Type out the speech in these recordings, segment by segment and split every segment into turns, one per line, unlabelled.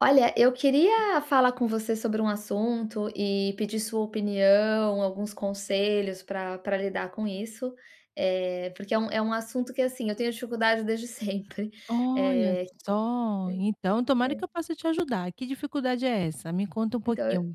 Olha, eu queria falar com você sobre um assunto e pedir sua opinião, alguns conselhos para lidar com isso, porque é um assunto que, assim, eu tenho dificuldade desde sempre.
Olha
Eh,
só, então tomara que eu possa te ajudar. Que dificuldade é essa? Me conta um
então
pouquinho.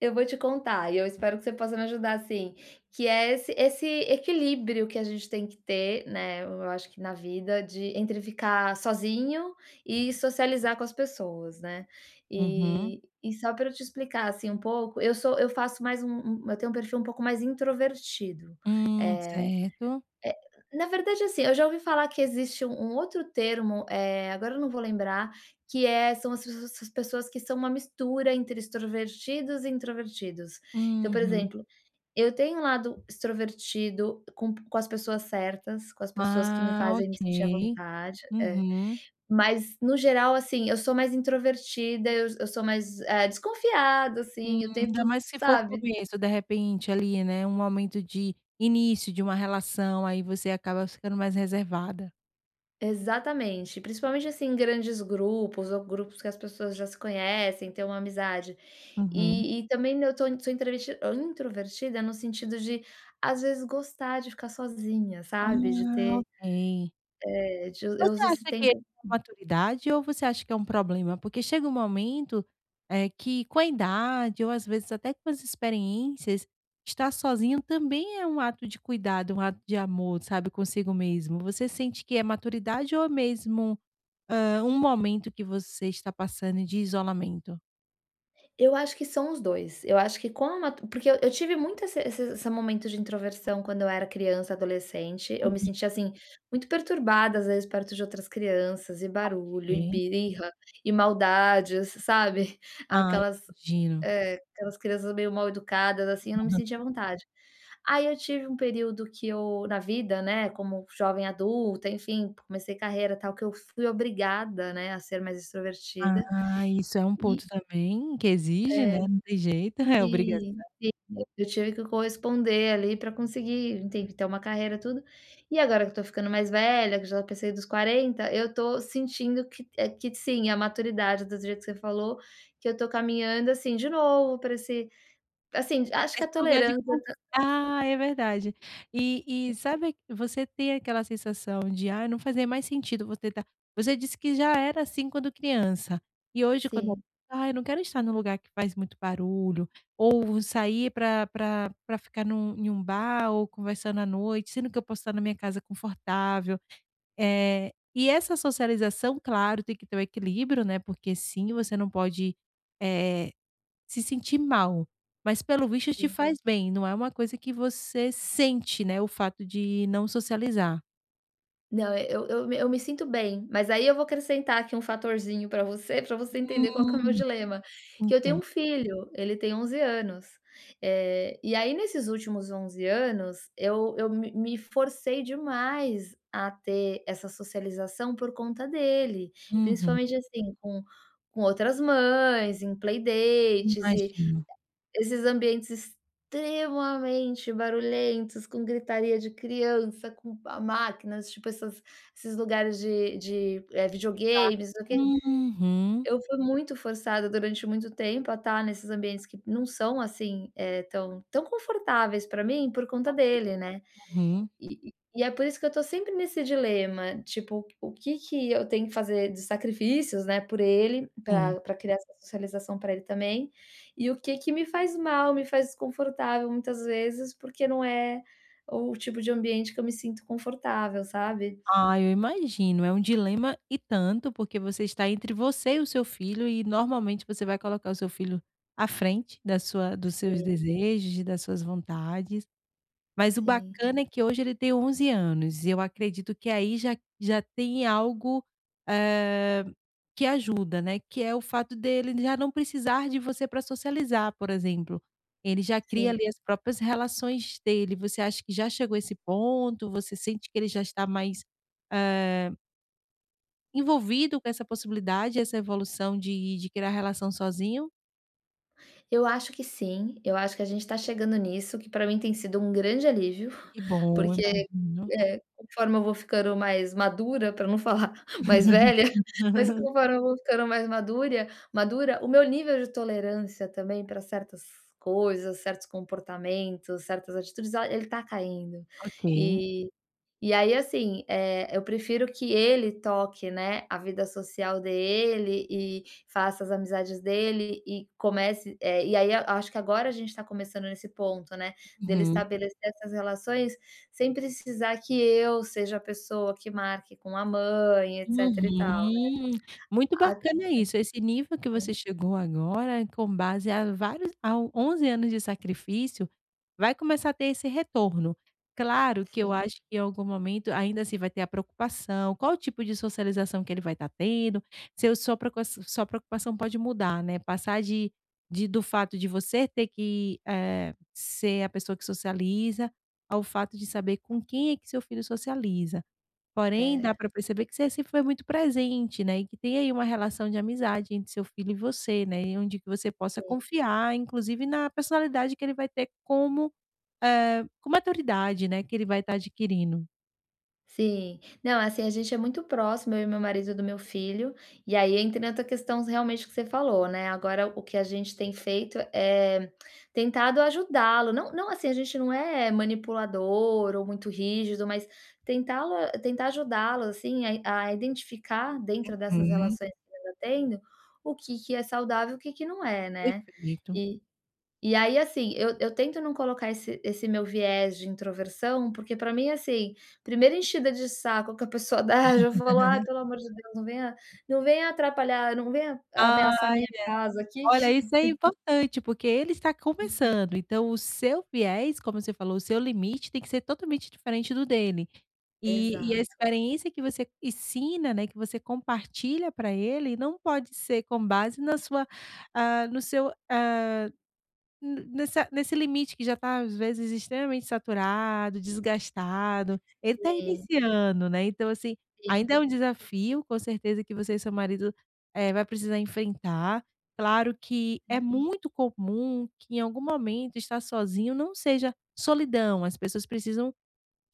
eu vou te contar e eu espero que você possa me ajudar assim, que é esse equilíbrio que a gente tem que ter, né, eu acho que na vida de entre ficar sozinho e socializar com as pessoas, né.
Uhum.
E só para eu te explicar, assim, um pouco, eu sou eu faço mais um um eu tenho um perfil um pouco mais introvertido, eh
Certo.
na verdade, assim, eu já ouvi falar que existe um outro termo, agora eu não vou lembrar, que é são as pessoas que são uma mistura entre extrovertidos e introvertidos. Então, por
Uhum.
exemplo, eu tenho um lado extrovertido com as pessoas certas, com as pessoas que me
Ah,
fazem me sentir à
ok.
vontade, é.
Uhum.
Mas no geral, assim, eu sou mais introvertida, eu sou mais, desconfiada, assim, eu
Ainda
tento,
mais se for o
sabe.
começo, de repente, ali, né, um momento de início de uma relação, aí você acaba ficando mais reservada.
Exatamente, principalmente, assim, em grandes grupos ou grupos que as pessoas já se conhecem, têm uma amizade.
Uhum.
E também eu tô sou introverti introvertida no sentido de, às vezes, gostar de ficar sozinha, sabe, de
Ah,
ter,
ok.
eh, de eu
Você
uso esse
acha que é
tempo.
maturidade ou você acha que é um problema? Porque chega um momento, que com a idade ou às vezes até com as experiências, estar sozinho também é um ato de cuidado, um ato de amor, sabe, consigo mesmo. Você sente que é maturidade ou é mesmo, um momento que você está passando de isolamento?
Eu acho que são os 2. Eu acho que com a matu porque eu tive muito esse momento de introversão quando eu era criança, adolescente. Eu me
Uhum,
sentia, assim, muito perturbada, às vezes, perto de outras crianças, e barulho, e
ok.
birra, e maldades, sabe.
Ah,
Aquelas,
imagino.
aquelas crianças meio mal educadas, assim, eu não me sentia à vontade. Aí eu tive um período que eu na vida, né, como jovem adulta, enfim, comecei carreira, e tal, que eu fui obrigada, né, a ser mais extrovertida
Ah, isso é um
e
ponto também que exige,
é.
né, não tem jeito, é obrigação.
Sim, sim. Eu tive que corresponder ali pra conseguir, entende, ter uma carreira, tudo. E agora que eu tô ficando mais velha, que já passei dos quarenta, eu tô sentindo que que sim, a maturidade, do jeito que você falou, que eu tô caminhando, assim, de novo pra esse, assim, acho que a
Esse lugar de
tolerância
con
tá.
ah, é verdade. E sabe, você tem aquela sensação de: "Ai, não fazia mais sentido você tá". Você disse que já era assim quando criança, e hoje quando
Sim,
"Ai, eu não quero estar num lugar que faz muito barulho", ou sair pra ficar num em um bar ou conversando à noite, sendo que eu posso estar na minha casa confortável. E essa socialização, claro, tem que ter o equilíbrio, né, porque sim, você não pode, eh se sentir mal, mas pelo visto te
sim.
faz bem, não é uma coisa que você sente, né, o fato de não socializar.
Não, é, eu me sinto bem, mas aí eu vou acrescentar aqui um fatorzinho para você entender qual que é o meu
Hum,
dilema, que eu tenho
então.
um filho, ele tem 11 anos, e aí nesses últimos 11 anos, eu me forcei demais a ter essa socialização por conta dele,
Uhum,
principalmente, assim, com outras mães, em playdates e
imagino.
esses ambientes extremamente barulhentos, com gritaria de criança, com a máquinas, tipo essas esses lugares de
De par
videogames, não sei o quê.
Uhum.
Eu fui muito forçada durante muito tempo a estar nesses ambientes que não são, assim, tão confortáveis para mim por conta
Ok.
dele, né.
Uhum.
E é por isso que eu tô sempre nesse dilema, tipo, o que que eu tenho que fazer de sacrifícios, né, por ele,
Sim.
para criar essa socialização para ele também, e o que que me faz mal, me faz desconfortável muitas vezes, porque não é o tipo de ambiente que eu me sinto confortável, sabe.
Ah, eu imagino, é um dilema e tanto, porque você está entre você e o seu filho e normalmente você vai colocar o seu filho à frente da sua dos seus
Sim,
desejos e das suas vontades. Mas o
sim,
bacana é que hoje ele tem 11 anos e eu acredito que aí já tem algo, eh, que ajuda, né, que é o fato dele já não precisar de você para socializar, por exemplo. Ele já cria
sim.
ali as próprias relações dele. Você acha que já chegou a esse ponto? Você sente que ele já está mais, ah, envolvido com essa possibilidade, essa evolução de criar relação sozinho?
Eu acho que sim, eu acho que a gente tá chegando nisso, que para mim tem sido um grande alívio.
Que bom,
Porque,
imagino.
conforme eu vou ficando mais madura, para não falar mais velha, mas conforme eu vou ficando mais madura, o meu nível de tolerância também para certas coisas, certos comportamentos, certas atitudes, ah, ele tá caindo.
Ok.
E e aí, assim, eu prefiro que ele toque, né, a vida social dele e faça as amizades dele e comece, e aí eu acho que agora a gente está começando nesse ponto, né, dele
Uhum.
estabelecer essas relações sem precisar que eu seja a pessoa que marque com a mãe, etc e tal, né.
Uhum. Muito
Ah,
bacana isso, esse nível que você chegou agora, com base a vários a 11 anos de sacrifício, vai começar a ter esse retorno. Claro que eu
sim,
acho que em algum momento ainda assim vai ter a preocupação, qual o tipo de socialização que ele vai estar tendo, se seu sua preocu sua preocupação pode mudar, né, passar de do fato de você ter que, ser a pessoa que socializa, ao fato de saber com quem é que seu filho socializa. Porém, dá
é,
para perceber que você sempre foi muito presente, né, e que tem aí uma relação de amizade entre seu filho e você, né, e onde que você possa
sim.
confiar, inclusive na personalidade que ele vai ter como, com maturidade, né, que ele vai estar adquirindo.
Sim. Não, assim, a gente é muito próximo, eu e meu marido, do meu filho, e aí entra outra questão realmente que você falou, né, agora o que a gente tem feito é tentado ajudá-lo, não não assim, a gente não é manipulador ou muito rígido, mas tentá-lo tentar ajudá-lo, assim, a identificar dentro dessas
Uhum,
relações que ele está tendo, o que que é saudável e o que que não é, né.
perfeito.
E e aí, assim, eu tento não colocar esse meu viés de introversão, porque pra mim, assim, primeira enchida de saco que a pessoa dá, eu já falo: "Ai, pelo amor de Deus, não venha atrapalhar, não venha ameaçar
Ai,
minha casa aqui
olha, isso é
que"
importante, porque ele está começando, então o seu viés, como você falou, o seu limite tem que ser totalmente diferente do dele. E a
Exato.
experiência que você ensina, né, que você compartilha para ele, não pode ser com base na sua, ah, no seu, ah, n nessa nesse limite que já está às vezes, extremamente saturado, desgastado. Ele está
Sim,
iniciando, né, então, assim,
sim,
ainda é um desafio, com certeza, que você e seu marido, vai precisar enfrentar. Claro que é muito comum que, em algum momento, estar sozinho não seja solidão, as pessoas precisam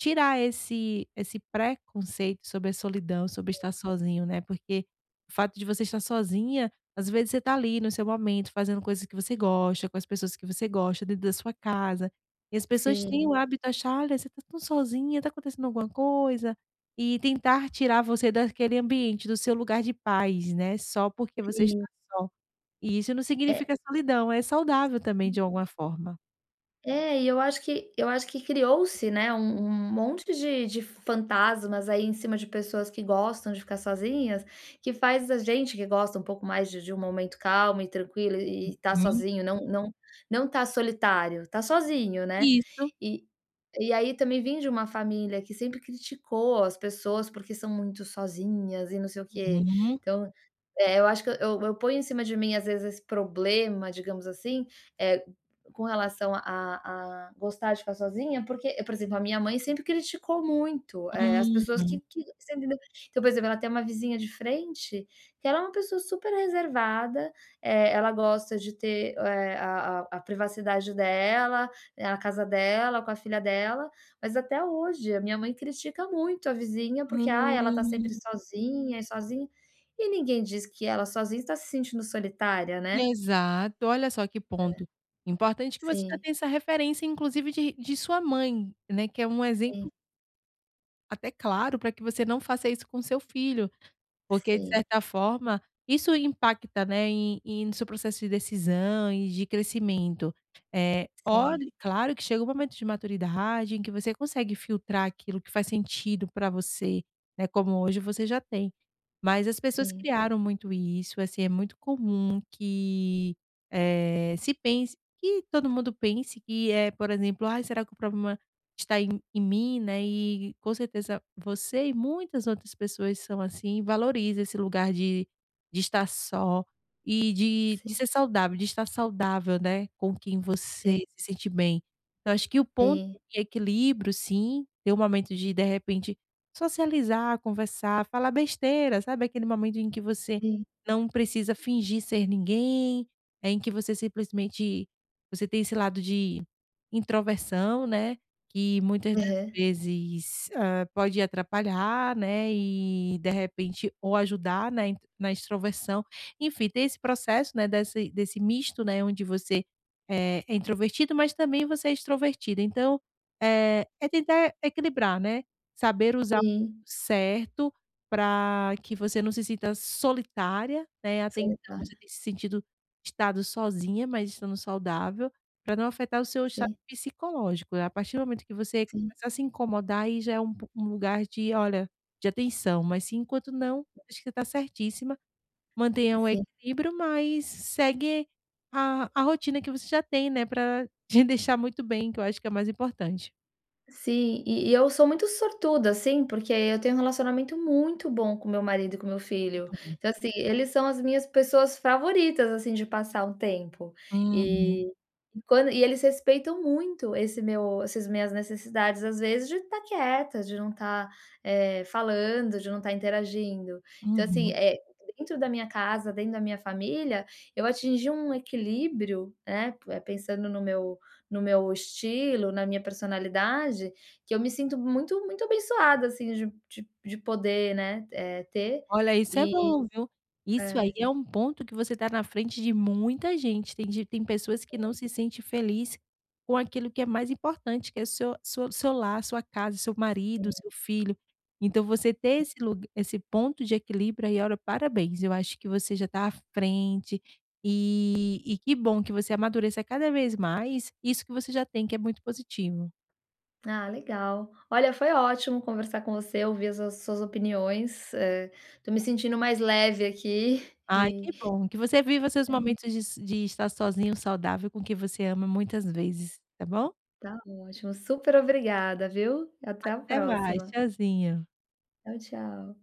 tirar esse preconceito sobre a solidão, sobre estar sozinho, né, porque o fato de você estar sozinha, às vezes você tá ali no seu momento, fazendo coisas que você gosta, com as pessoas que você gosta, dentro da sua casa, e as pessoas têm
sim,
o hábito de achar: "Olha, você tá tão sozinha, tá acontecendo alguma coisa", e tentar tirar você daquele ambiente, do seu lugar de paz, né, só porque você
sim.
está só. E isso não
É.
significa solidão, é saudável também de alguma forma.
É, e eu acho que criou-se, né, um monte de fantasmas aí em cima de pessoas que gostam de ficar sozinhas, que faz a gente que gosta um pouco mais de um momento calmo e tranquilo e tá
Hum.
sozinho, não não tá solitário, tá sozinho, né.
Isso.
E e aí também vim de uma família que sempre criticou as pessoas porque são muito sozinhas e não sei o quê.
Uhum,
Então, eu acho que eu ponho em cima de mim, às vezes, esse problema, digamos assim, é com relação a gostar de ficar sozinha, porque, por exemplo, a minha mãe sempre criticou muito, as pessoas que
uhum.
que você entendeu? Então, por exemplo, ela tem uma vizinha de frente, que ela é uma pessoa super reservada, ela gosta de ter, a privacidade dela, a casa dela, com a filha dela, mas até hoje a minha mãe critica muito a vizinha, porque: "Ah, ela tá
Hum,
sempre sozinha e sozinha", e ninguém diz que ela sozinha está se sentindo solitária, né.
exato, olha só que ponto. Importante que você já
Sim,
tenha essa referência, inclusive de sua mãe, né, que é um
sim,
exemplo até claro para que você não faça isso com seu filho. Porque de
sim.
certa forma, isso impacta, né, em no seu processo de decisão e de crescimento. Eh,
Sim,
olhe claro que chega um momento de maturidade em que você consegue filtrar aquilo que faz sentido para você, né, como hoje você já tem. Mas as pessoas
sim,
criaram muito isso, assim, é muito comum que, se pense que todo mundo pense que é, por exemplo: "Ai, será que o problema está em mim, né, e com certeza você e muitas outras pessoas são assim. Valorize esse lugar de estar só e de
sim,
ser saudável, de estar saudável, né, com quem
sim,
você se sente bem. Então acho que o ponto
sim,
de equilíbrio sim, ter um momento de repente socializar, conversar, falar besteira, sabe aquele momento em que você
sim.
não precisa fingir ser ninguém, é em que você simplesmente você tem esse lado de introversão, né. Que muitas das
Aham.
vezes, pode atrapalhar, né, e de repente ou ajudar na extroversão. Enfim, tem esse processo, né, desse misto, né, onde você é introvertido, mas também você é extrovertido. Então, é tentar equilibrar, né, saber usar o
Sim,
certo para que você não se sinta solitária, né, até então você
solitária.
tem se sentido estado sozinha, mas estando saudável, para não afetar o seu
Sim,
psicológico. A partir do momento que você
sim,
começar a se incomodar, aí já é um po um lugar de olha, de atenção, mas se enquanto não, acho que você está certíssima, mantenha o
sim.
equilíbrio, mas segue a rotina que você já tem, né, para te deixar muito bem, que eu acho que é mais importante.
Sim, e eu sou muito sortuda, assim, porque eu tenho um relacionamento muito bom com meu marido e com meu
Que
filho.
bom.
Então, assim, eles são as minhas pessoas favoritas, assim, de passar um tempo.
Uhum,
E e eles respeitam muito esse meu essas minhas necessidades, às vezes, de estar quieta, de não estar, falando, de não estar interagindo. Então, assim,
uhum.
é dentro da minha casa, dentro da minha família, eu atingi um equilíbrio, né, pensando no meu estilo, na minha personalidade, que eu me sinto muito muito abençoada, assim, de poder, né, ter
Olha, isso é
e
bom, viu. Isso aí
é.
é um ponto que você está na frente de muita gente. Tem pessoas que não se sente feliz com aquilo que é mais importante, que é seu lar, sua casa, seu marido, seu filho. Então você ter esse lugar, esse ponto de equilíbrio aí, olha, parabéns, eu acho que você já está à frente, e que bom que você amadureça cada vez mais isso que você já tem, que é muito positivo.
Ah, legal. Olha, foi ótimo conversar com você, ouvir as suas opiniões, tô me sentindo mais leve aqui
Ai,
e
que bom, que você viva seus momentos de estar sozinho, saudável, com quem você ama muitas vezes, tá bom?
tá ótimo. Super obrigada, viu. Até a
Até mais,
próxima.
tchauzinho.
Tchau, tchau.